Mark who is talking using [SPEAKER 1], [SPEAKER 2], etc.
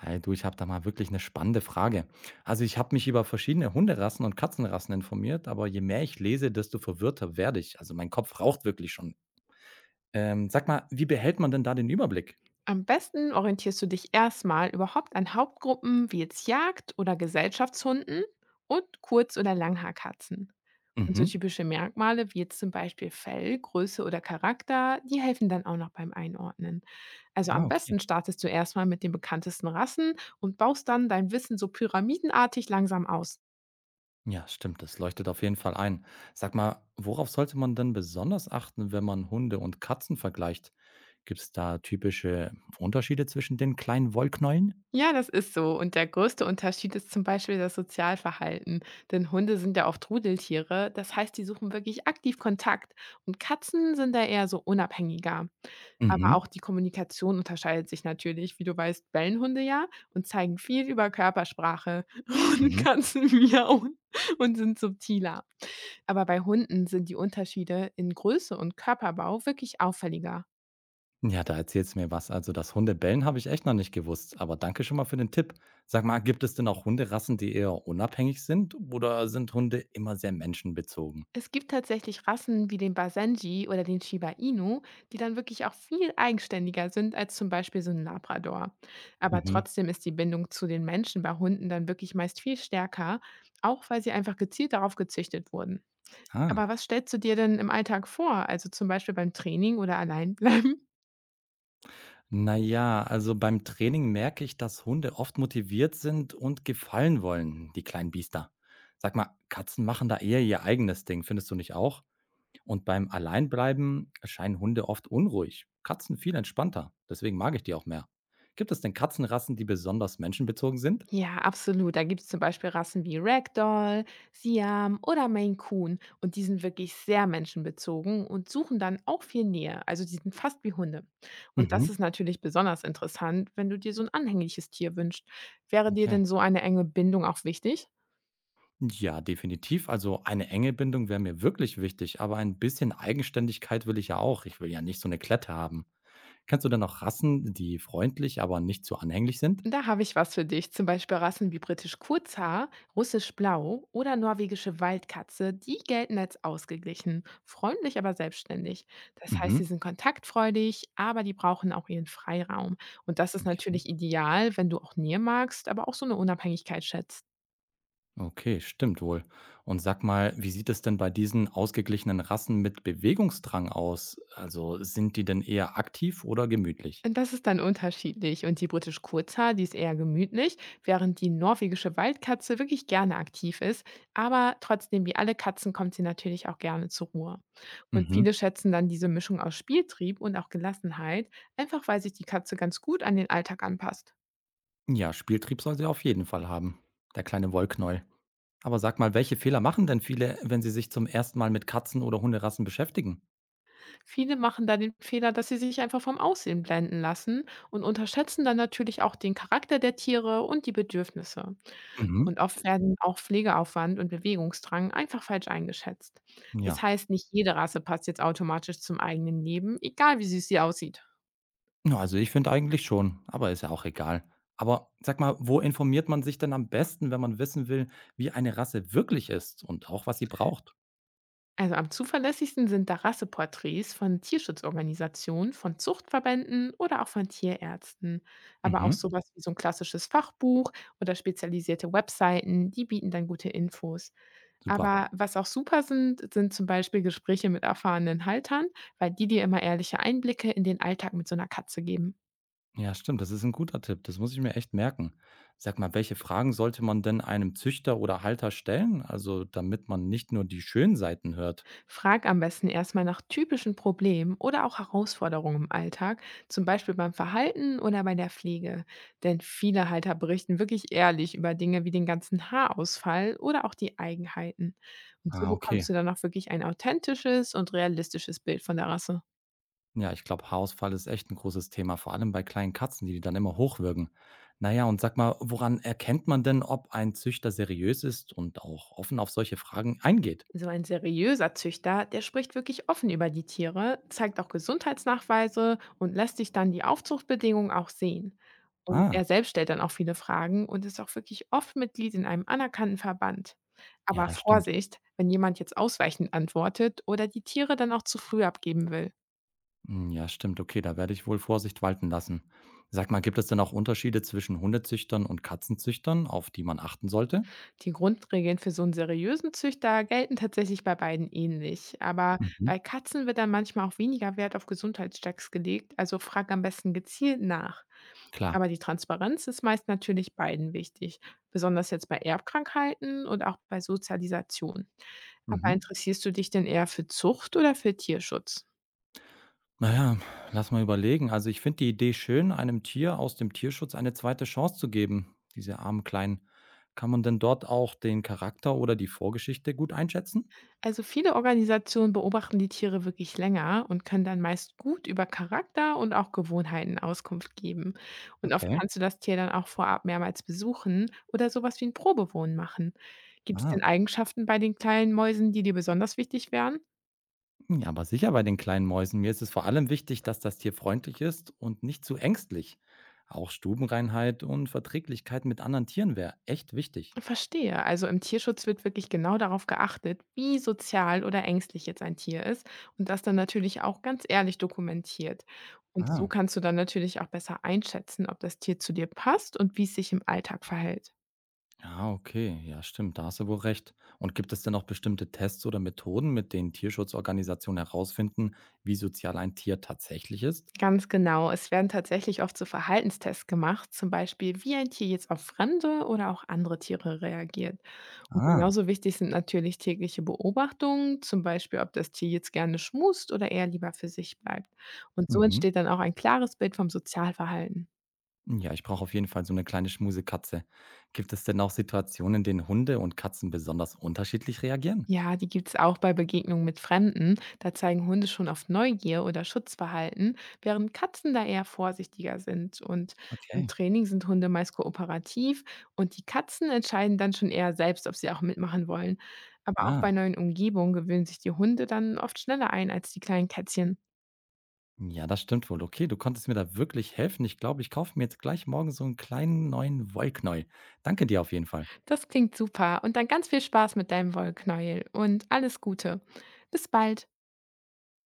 [SPEAKER 1] Hi, du, ich habe da mal wirklich eine spannende Frage. Also ich habe mich über verschiedene Hunderassen und Katzenrassen informiert, aber je mehr ich lese, desto verwirrter werde ich. Also mein Kopf raucht wirklich schon. Sag mal, wie behält man denn da den Überblick?
[SPEAKER 2] Am besten orientierst du dich erstmal überhaupt an Hauptgruppen wie jetzt Jagd- oder Gesellschaftshunden und Kurz- oder Langhaarkatzen. Und so
[SPEAKER 1] Mhm.
[SPEAKER 2] typische Merkmale wie jetzt zum Beispiel Fell, Größe oder Charakter, die helfen dann auch noch beim Einordnen. Also
[SPEAKER 1] Ah,
[SPEAKER 2] am
[SPEAKER 1] okay.
[SPEAKER 2] besten startest du erstmal mit den bekanntesten Rassen und baust dann dein Wissen so pyramidenartig langsam aus.
[SPEAKER 1] Ja, stimmt, das leuchtet auf jeden Fall ein. Sag mal, worauf sollte man denn besonders achten, wenn man Hunde und Katzen vergleicht? Gibt es da typische Unterschiede zwischen den kleinen Wollknäueln?
[SPEAKER 2] Ja, das ist so. Und der größte Unterschied ist zum Beispiel das Sozialverhalten. Denn Hunde sind ja oft Rudeltiere. Das heißt, die suchen wirklich aktiv Kontakt. Und Katzen sind da eher so unabhängiger. Aber
[SPEAKER 1] Mhm.
[SPEAKER 2] auch die Kommunikation unterscheidet sich natürlich. Wie du weißt, bellen Hunde ja und zeigen viel über Körpersprache. Und
[SPEAKER 1] Mhm.
[SPEAKER 2] Katzen miauen und sind subtiler. Aber bei Hunden sind die Unterschiede in Größe und Körperbau wirklich auffälliger.
[SPEAKER 1] Ja, da erzählst du mir was. Also, das Hundebellen habe ich echt noch nicht gewusst. Aber danke schon mal für den Tipp. Sag mal, gibt es denn auch Hunderassen, die eher unabhängig sind? Oder sind Hunde immer sehr menschenbezogen?
[SPEAKER 2] Es gibt tatsächlich Rassen wie den Basenji oder den Shiba Inu, die dann wirklich auch viel eigenständiger sind als zum Beispiel so ein Labrador. Aber
[SPEAKER 1] Mhm.
[SPEAKER 2] trotzdem ist die Bindung zu den Menschen bei Hunden dann wirklich meist viel stärker, auch weil sie einfach gezielt darauf gezüchtet wurden.
[SPEAKER 1] Ah.
[SPEAKER 2] Aber was stellst du dir denn im Alltag vor? Also zum Beispiel beim Training oder allein bleiben?
[SPEAKER 1] Naja, also beim Training merke ich, dass Hunde oft motiviert sind und gefallen wollen, die kleinen Biester. Sag mal, Katzen machen da eher ihr eigenes Ding, findest du nicht auch? Und beim Alleinbleiben erscheinen Hunde oft unruhig. Katzen viel entspannter. Deswegen mag ich die auch mehr. Gibt es denn Katzenrassen, die besonders menschenbezogen sind?
[SPEAKER 2] Ja, absolut. Da gibt's zum Beispiel Rassen wie Ragdoll, Siam oder Maine Coon. Und die sind wirklich sehr menschenbezogen und suchen dann auch viel Nähe. Also die sind fast wie Hunde. Und das ist
[SPEAKER 1] Mhm,
[SPEAKER 2] natürlich besonders interessant, wenn du dir so ein anhängliches Tier wünschst. Wäre dir
[SPEAKER 1] okay.
[SPEAKER 2] denn so eine enge Bindung auch wichtig?
[SPEAKER 1] Ja, definitiv. Also eine enge Bindung wäre mir wirklich wichtig, aber ein bisschen Eigenständigkeit will ich ja auch. Ich will ja nicht so eine Klette haben. Kennst du denn noch Rassen, die freundlich, aber nicht zu anhänglich sind?
[SPEAKER 2] Da habe ich was für dich. Zum Beispiel Rassen wie britisch Kurzhaar, russisch Blau oder norwegische Waldkatze. Die gelten als ausgeglichen, freundlich, aber selbstständig. Das heißt,
[SPEAKER 1] Mhm.
[SPEAKER 2] sie sind kontaktfreudig, aber die brauchen auch ihren Freiraum. Und das ist natürlich ideal, wenn du auch Nähe magst, aber auch so eine Unabhängigkeit schätzt.
[SPEAKER 1] Okay, stimmt wohl. Und sag mal, wie sieht es denn bei diesen ausgeglichenen Rassen mit Bewegungsdrang aus? Also sind die denn eher aktiv oder gemütlich?
[SPEAKER 2] Und das ist dann unterschiedlich. Und die britische Kurzhaar, die ist eher gemütlich, während die norwegische Waldkatze wirklich gerne aktiv ist. Aber trotzdem, wie alle Katzen, kommt sie natürlich auch gerne zur Ruhe. Und
[SPEAKER 1] Mhm.
[SPEAKER 2] viele schätzen dann diese Mischung aus Spieltrieb und auch Gelassenheit, einfach weil sich die Katze ganz gut an den Alltag anpasst.
[SPEAKER 1] Ja, Spieltrieb soll sie auf jeden Fall haben. Der kleine Wollknäuel. Aber sag mal, welche Fehler machen denn viele, wenn sie sich zum ersten Mal mit Katzen oder Hunderassen beschäftigen?
[SPEAKER 2] Viele machen da den Fehler, dass sie sich einfach vom Aussehen blenden lassen und unterschätzen dann natürlich auch den Charakter der Tiere und die Bedürfnisse.
[SPEAKER 1] Mhm.
[SPEAKER 2] Und oft werden auch Pflegeaufwand und Bewegungsdrang einfach falsch eingeschätzt. Das
[SPEAKER 1] Ja.
[SPEAKER 2] heißt, nicht jede Rasse passt jetzt automatisch zum eigenen Leben, egal wie süß sie aussieht.
[SPEAKER 1] Na, also ich finde eigentlich schon, aber ist ja auch egal. Aber sag mal, wo informiert man sich denn am besten, wenn man wissen will, wie eine Rasse wirklich ist und auch was sie braucht?
[SPEAKER 2] Also am zuverlässigsten sind da Rasseporträts von Tierschutzorganisationen, von Zuchtverbänden oder auch von Tierärzten. Aber auch
[SPEAKER 1] Mhm.
[SPEAKER 2] sowas wie so ein klassisches Fachbuch oder spezialisierte Webseiten, die bieten dann gute Infos.
[SPEAKER 1] Super.
[SPEAKER 2] Aber was auch super sind, sind zum Beispiel Gespräche mit erfahrenen Haltern, weil die dir immer ehrliche Einblicke in den Alltag mit so einer Katze geben.
[SPEAKER 1] Ja, stimmt, das ist ein guter Tipp. Das muss ich mir echt merken. Sag mal, welche Fragen sollte man denn einem Züchter oder Halter stellen? Also, damit man nicht nur die schönen Seiten hört.
[SPEAKER 2] Frag am besten erstmal nach typischen Problemen oder auch Herausforderungen im Alltag, zum Beispiel beim Verhalten oder bei der Pflege. Denn viele Halter berichten wirklich ehrlich über Dinge wie den ganzen Haarausfall oder auch die Eigenheiten. Und so
[SPEAKER 1] Ah, okay.
[SPEAKER 2] bekommst du dann auch wirklich ein authentisches und realistisches Bild von der Rasse.
[SPEAKER 1] Ja, ich glaube, Haarausfall ist echt ein großes Thema, vor allem bei kleinen Katzen, die dann immer hochwirken. Na ja, und sag mal, woran erkennt man denn, ob ein Züchter seriös ist und auch offen auf solche Fragen eingeht?
[SPEAKER 2] So ein seriöser Züchter, der spricht wirklich offen über die Tiere, zeigt auch Gesundheitsnachweise und lässt sich dann die Aufzuchtbedingungen auch sehen. Und
[SPEAKER 1] Ah,
[SPEAKER 2] er selbst stellt dann auch viele Fragen und ist auch wirklich oft Mitglied in einem anerkannten Verband.
[SPEAKER 1] ja,
[SPEAKER 2] Aber
[SPEAKER 1] das stimmt.
[SPEAKER 2] Vorsicht, wenn jemand jetzt ausweichend antwortet oder die Tiere dann auch zu früh abgeben will.
[SPEAKER 1] Hm, ja, stimmt. Okay, da werde ich wohl Vorsicht walten lassen. Sag mal, gibt es denn auch Unterschiede zwischen Hundezüchtern und Katzenzüchtern, auf die man achten sollte?
[SPEAKER 2] Die Grundregeln für so einen seriösen Züchter gelten tatsächlich bei beiden ähnlich. Aber
[SPEAKER 1] Mhm,
[SPEAKER 2] bei Katzen wird dann manchmal auch weniger Wert auf Gesundheitschecks gelegt, also frag am besten gezielt nach.
[SPEAKER 1] klar.
[SPEAKER 2] Aber die Transparenz ist meist natürlich beiden wichtig, besonders jetzt bei Erbkrankheiten und auch bei Sozialisation. Aber
[SPEAKER 1] Mhm.
[SPEAKER 2] interessierst du dich denn eher für Zucht oder für Tierschutz?
[SPEAKER 1] Na ja, lass mal überlegen. Also, ich finde die Idee schön, einem Tier aus dem Tierschutz eine zweite Chance zu geben, diese armen Kleinen. Kann man denn dort auch den Charakter oder die Vorgeschichte gut einschätzen?
[SPEAKER 2] Also viele Organisationen beobachten die Tiere wirklich länger und können dann meist gut über Charakter und auch Gewohnheiten Auskunft geben. Und oft
[SPEAKER 1] Okay.
[SPEAKER 2] kannst du das Tier dann auch vorab mehrmals besuchen oder sowas wie ein Probewohnen machen. Gibt es denn
[SPEAKER 1] Ah,
[SPEAKER 2] Eigenschaften bei den kleinen Mäusen, die dir besonders wichtig wären?
[SPEAKER 1] ja, aber sicher bei den kleinen Mäusen. Mir ist es vor allem wichtig, dass das Tier freundlich ist und nicht zu ängstlich. Auch Stubenreinheit und Verträglichkeit mit anderen Tieren wäre echt wichtig.
[SPEAKER 2] Verstehe. Also im Tierschutz wird wirklich genau darauf geachtet, wie sozial oder ängstlich jetzt ein Tier ist und das dann natürlich auch ganz ehrlich dokumentiert. Und so
[SPEAKER 1] Ah.
[SPEAKER 2] kannst du dann natürlich auch besser einschätzen, ob das Tier zu dir passt und wie es sich im Alltag verhält.
[SPEAKER 1] Ah, okay. Ja, stimmt. Da hast du wohl recht. Und gibt es denn auch bestimmte Tests oder Methoden, mit denen Tierschutzorganisationen herausfinden, wie sozial ein Tier tatsächlich ist?
[SPEAKER 2] Ganz genau. Es werden tatsächlich oft so Verhaltenstests gemacht, zum Beispiel, wie ein Tier jetzt auf fremde oder auch andere Tiere reagiert. Und
[SPEAKER 1] Ah,
[SPEAKER 2] genauso wichtig sind natürlich tägliche Beobachtungen, zum Beispiel, ob das Tier jetzt gerne schmust oder eher lieber für sich bleibt. Und so
[SPEAKER 1] mhm.
[SPEAKER 2] entsteht dann auch ein klares Bild vom Sozialverhalten.
[SPEAKER 1] Ja, ich brauche auf jeden Fall so eine kleine Schmusekatze. Gibt es denn auch Situationen, in denen Hunde und Katzen besonders unterschiedlich reagieren?
[SPEAKER 2] Ja, die gibt's auch bei Begegnungen mit Fremden. Da zeigen Hunde schon oft Neugier oder Schutzverhalten, während Katzen da eher vorsichtiger sind. Und im
[SPEAKER 1] Okay.
[SPEAKER 2] Training sind Hunde meist kooperativ und die Katzen entscheiden dann schon eher selbst, ob sie auch mitmachen wollen. Aber auch bei
[SPEAKER 1] Ah,
[SPEAKER 2] neuen Umgebungen gewöhnen sich die Hunde dann oft schneller ein als die kleinen Kätzchen.
[SPEAKER 1] ja, das stimmt wohl. Okay, du konntest mir da wirklich helfen. Ich glaube, ich kaufe mir jetzt gleich morgen so einen kleinen neuen Wollknäuel. Danke dir auf jeden Fall.
[SPEAKER 2] Das klingt super und dann ganz viel Spaß mit deinem Wollknäuel und alles Gute. Bis bald.